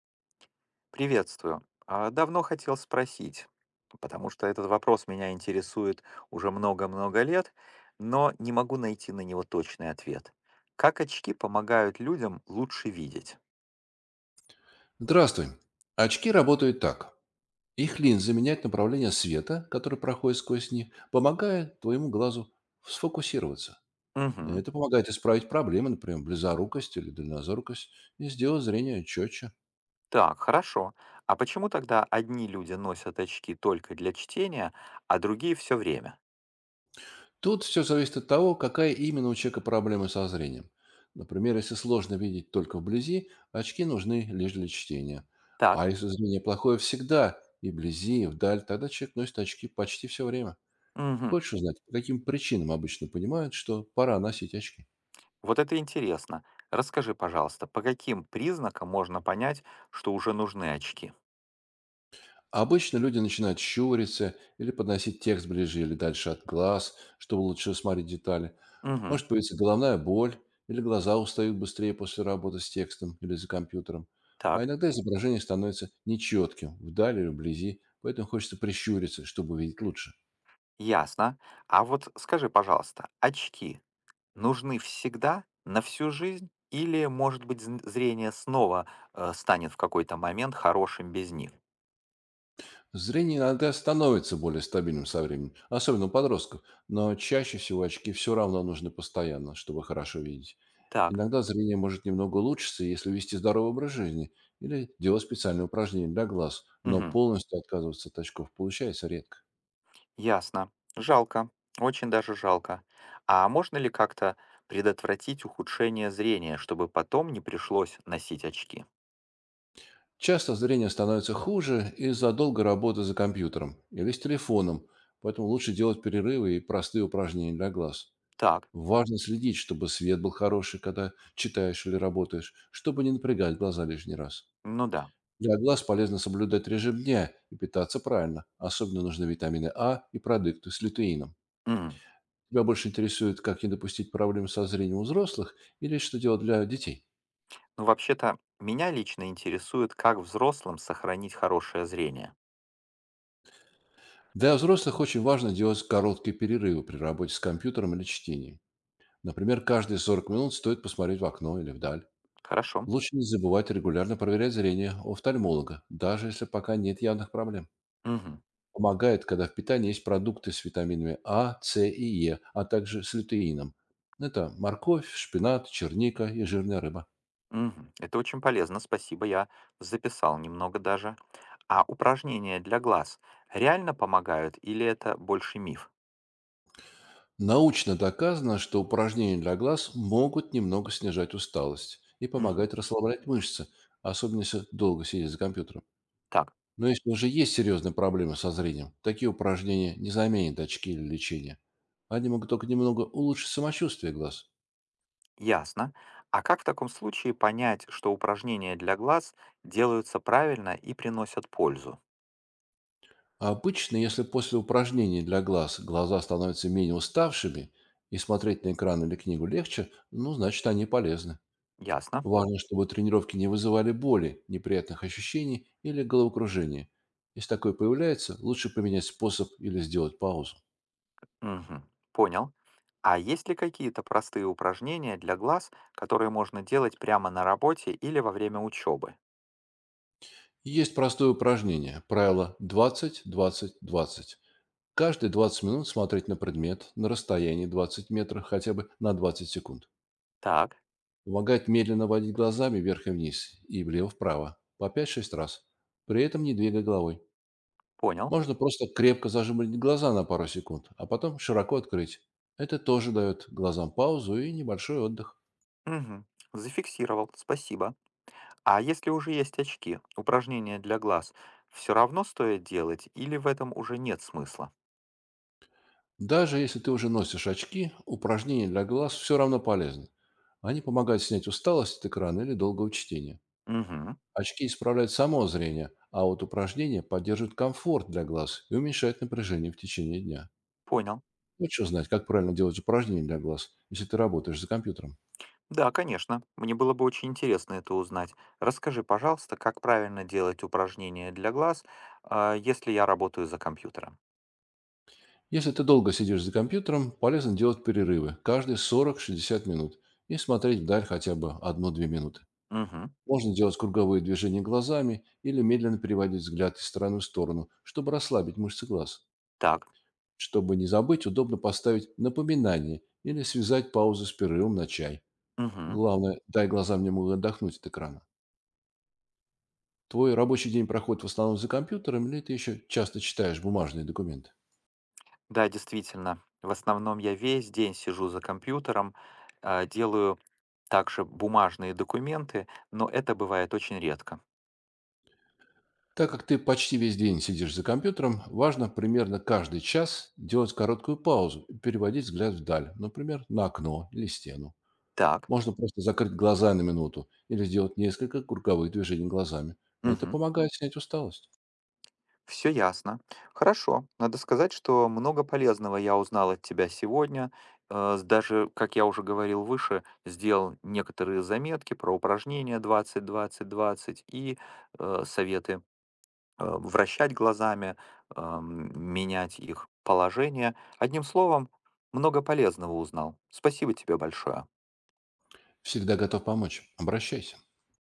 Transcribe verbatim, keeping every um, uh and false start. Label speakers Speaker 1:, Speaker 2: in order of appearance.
Speaker 1: Приветствую. А, Давно хотел спросить, потому что этот вопрос меня интересует уже много-много лет, но не могу найти на него точный ответ. Как очки помогают людям лучше видеть?
Speaker 2: Здравствуй. Очки работают так. Их линзы меняют направление света, который проходит сквозь них, помогая твоему глазу сфокусироваться.
Speaker 1: Мгм.
Speaker 2: Это помогает исправить проблемы, например, близорукость или дальнозоркость, и сделать зрение четче.
Speaker 1: Так, хорошо. А почему тогда одни люди носят очки только для чтения, а другие все время?
Speaker 2: Тут все зависит от того, какая именно у человека проблема со зрением. Например, если сложно видеть только вблизи, очки нужны лишь для чтения.
Speaker 1: Так.
Speaker 2: А если зрение плохое всегда, и вблизи, и вдаль, тогда человек носит очки почти все время.
Speaker 1: Мгм.
Speaker 2: Хочешь узнать, по каким причинам обычно понимают, что пора носить очки?
Speaker 1: Вот это интересно. Расскажи, пожалуйста, по каким признакам можно понять, что уже нужны очки?
Speaker 2: Обычно люди начинают щуриться или подносить текст ближе или дальше от глаз, чтобы лучше усмотреть детали.
Speaker 1: Мгм.
Speaker 2: Может появиться головная боль, или глаза устают быстрее после работы с текстом или за компьютером. А
Speaker 1: Так.
Speaker 2: иногда изображение становится нечетким, вдали или вблизи, поэтому хочется прищуриться, чтобы увидеть лучше.
Speaker 1: Ясно. А вот скажи, пожалуйста, очки нужны всегда, на всю жизнь, или, может быть, зн- зрение снова э, станет в какой-то момент хорошим без них?
Speaker 2: Зрение иногда становится более стабильным со временем, особенно у подростков, но чаще всего очки все равно нужны постоянно, чтобы хорошо видеть.
Speaker 1: Так,
Speaker 2: Иногда зрение может немного улучшиться, если вести здоровый образ жизни или делать специальные упражнения для глаз, но
Speaker 1: мгм,
Speaker 2: полностью отказываться от очков получается редко.
Speaker 1: ясно. Жалко, очень даже жалко. А можно ли как-то предотвратить ухудшение зрения, чтобы потом не пришлось носить очки?
Speaker 2: Часто зрение становится хуже из-за долгой работы за компьютером или с телефоном, поэтому лучше делать перерывы и простые упражнения для глаз.
Speaker 1: Так,
Speaker 2: Важно следить, чтобы свет был хороший, когда читаешь или работаешь, чтобы не напрягать глаза лишний раз.
Speaker 1: ну да.
Speaker 2: Для глаз полезно соблюдать режим дня и питаться правильно. Особенно нужны витамины А и продукты с лютеином.
Speaker 1: М.
Speaker 2: Тебя больше интересует, как не допустить проблем со зрением у взрослых или что делать для детей?
Speaker 1: Ну, вообще-то, меня лично интересует, как взрослым сохранить хорошее зрение.
Speaker 2: Для взрослых очень важно делать короткие перерывы при работе с компьютером или чтением. Например, каждые сорок минут стоит посмотреть в окно или вдаль.
Speaker 1: Хорошо.
Speaker 2: Лучше не забывать регулярно проверять зрение у офтальмолога, даже если пока нет явных проблем.
Speaker 1: Мгм.
Speaker 2: Помогает, когда в питании есть продукты с витаминами А, С и Е, а также с лютеином. Это морковь, шпинат, черника и жирная рыба.
Speaker 1: Мгм. Это очень полезно, спасибо, я записал немного даже. А упражнения для глаз реально помогают или это больше миф?
Speaker 2: Научно доказано, что упражнения для глаз могут немного снижать усталость и
Speaker 1: Мгм.
Speaker 2: помогать расслаблять мышцы, особенно если долго сидеть за компьютером.
Speaker 1: Так,
Speaker 2: Но если уже есть серьезные проблемы со зрением, такие упражнения не заменят очки или лечение. Они могут только немного улучшить самочувствие глаз.
Speaker 1: ясно. А как в таком случае понять, что упражнения для глаз делаются правильно и приносят пользу?
Speaker 2: А обычно, если после упражнений для глаз глаза становятся менее уставшими и смотреть на экран или книгу легче, ну, значит, они полезны.
Speaker 1: Ясно.
Speaker 2: Важно, чтобы тренировки не вызывали боли, неприятных ощущений или головокружения. Если такое появляется, лучше поменять способ или сделать паузу.
Speaker 1: Мгм. Понял. А есть ли какие-то простые упражнения для глаз, которые можно делать прямо на работе или во время учебы?
Speaker 2: Есть простое упражнение. Правило двадцать-двадцать-двадцать. Каждые двадцать минут смотреть на предмет на расстоянии двадцать метров хотя бы на двадцать секунд.
Speaker 1: Так,
Speaker 2: Помогает медленно водить глазами вверх и вниз и влево-вправо по пять-шесть раз, при этом не двигая головой.
Speaker 1: понял.
Speaker 2: Можно просто крепко зажимать глаза на пару секунд, а потом широко открыть. Это тоже дает глазам паузу и небольшой отдых.
Speaker 1: Мгм. Зафиксировал, спасибо. А если уже есть очки, упражнения для глаз, все равно стоит делать или в этом уже нет смысла?
Speaker 2: Даже если ты уже носишь очки, упражнения для глаз все равно полезны. Они помогают снять усталость от экрана или долгого чтения.
Speaker 1: Угу,
Speaker 2: Очки исправляют само зрение, а вот упражнения поддерживают комфорт для глаз и уменьшают напряжение в течение дня.
Speaker 1: понял.
Speaker 2: Лучше знать, как правильно делать упражнения для глаз, если ты работаешь за компьютером.
Speaker 1: Да, конечно. Мне было бы очень интересно это узнать. Расскажи, пожалуйста, как правильно делать упражнения для глаз, а, если я работаю за компьютером.
Speaker 2: Если ты долго сидишь за компьютером, полезно делать перерывы каждые сорок шестьдесят минут и смотреть вдаль хотя бы одну-две минуты.
Speaker 1: Угу,
Speaker 2: Можно делать круговые движения глазами или медленно переводить взгляд из стороны в сторону, чтобы расслабить мышцы глаз.
Speaker 1: так.
Speaker 2: Чтобы не забыть, удобно поставить напоминание или связать паузу с перерывом на чай.
Speaker 1: Угу.
Speaker 2: Главное, дай глазам немного отдохнуть от экрана. Твой рабочий день проходит в основном за компьютером или ты еще часто читаешь бумажные документы?
Speaker 1: Да, действительно. В основном я весь день сижу за компьютером, а, делаю также бумажные документы, но это бывает очень редко.
Speaker 2: Так как ты почти весь день сидишь за компьютером, важно примерно каждый час делать короткую паузу и переводить взгляд вдаль, например, на окно или стену.
Speaker 1: Так.
Speaker 2: Можно просто закрыть глаза на минуту или сделать несколько круговых движений глазами. Это
Speaker 1: Угу.
Speaker 2: помогает снять усталость.
Speaker 1: Все ясно. Хорошо. Надо сказать, что много полезного я узнал от тебя сегодня. Э, с- Даже, как я уже говорил выше, сделал некоторые заметки про упражнения двадцать-двадцать-двадцать и э, советы э, вращать глазами, эм, менять их положение. Одним словом, много полезного узнал. Спасибо тебе большое.
Speaker 2: Всегда готов помочь. Обращайся.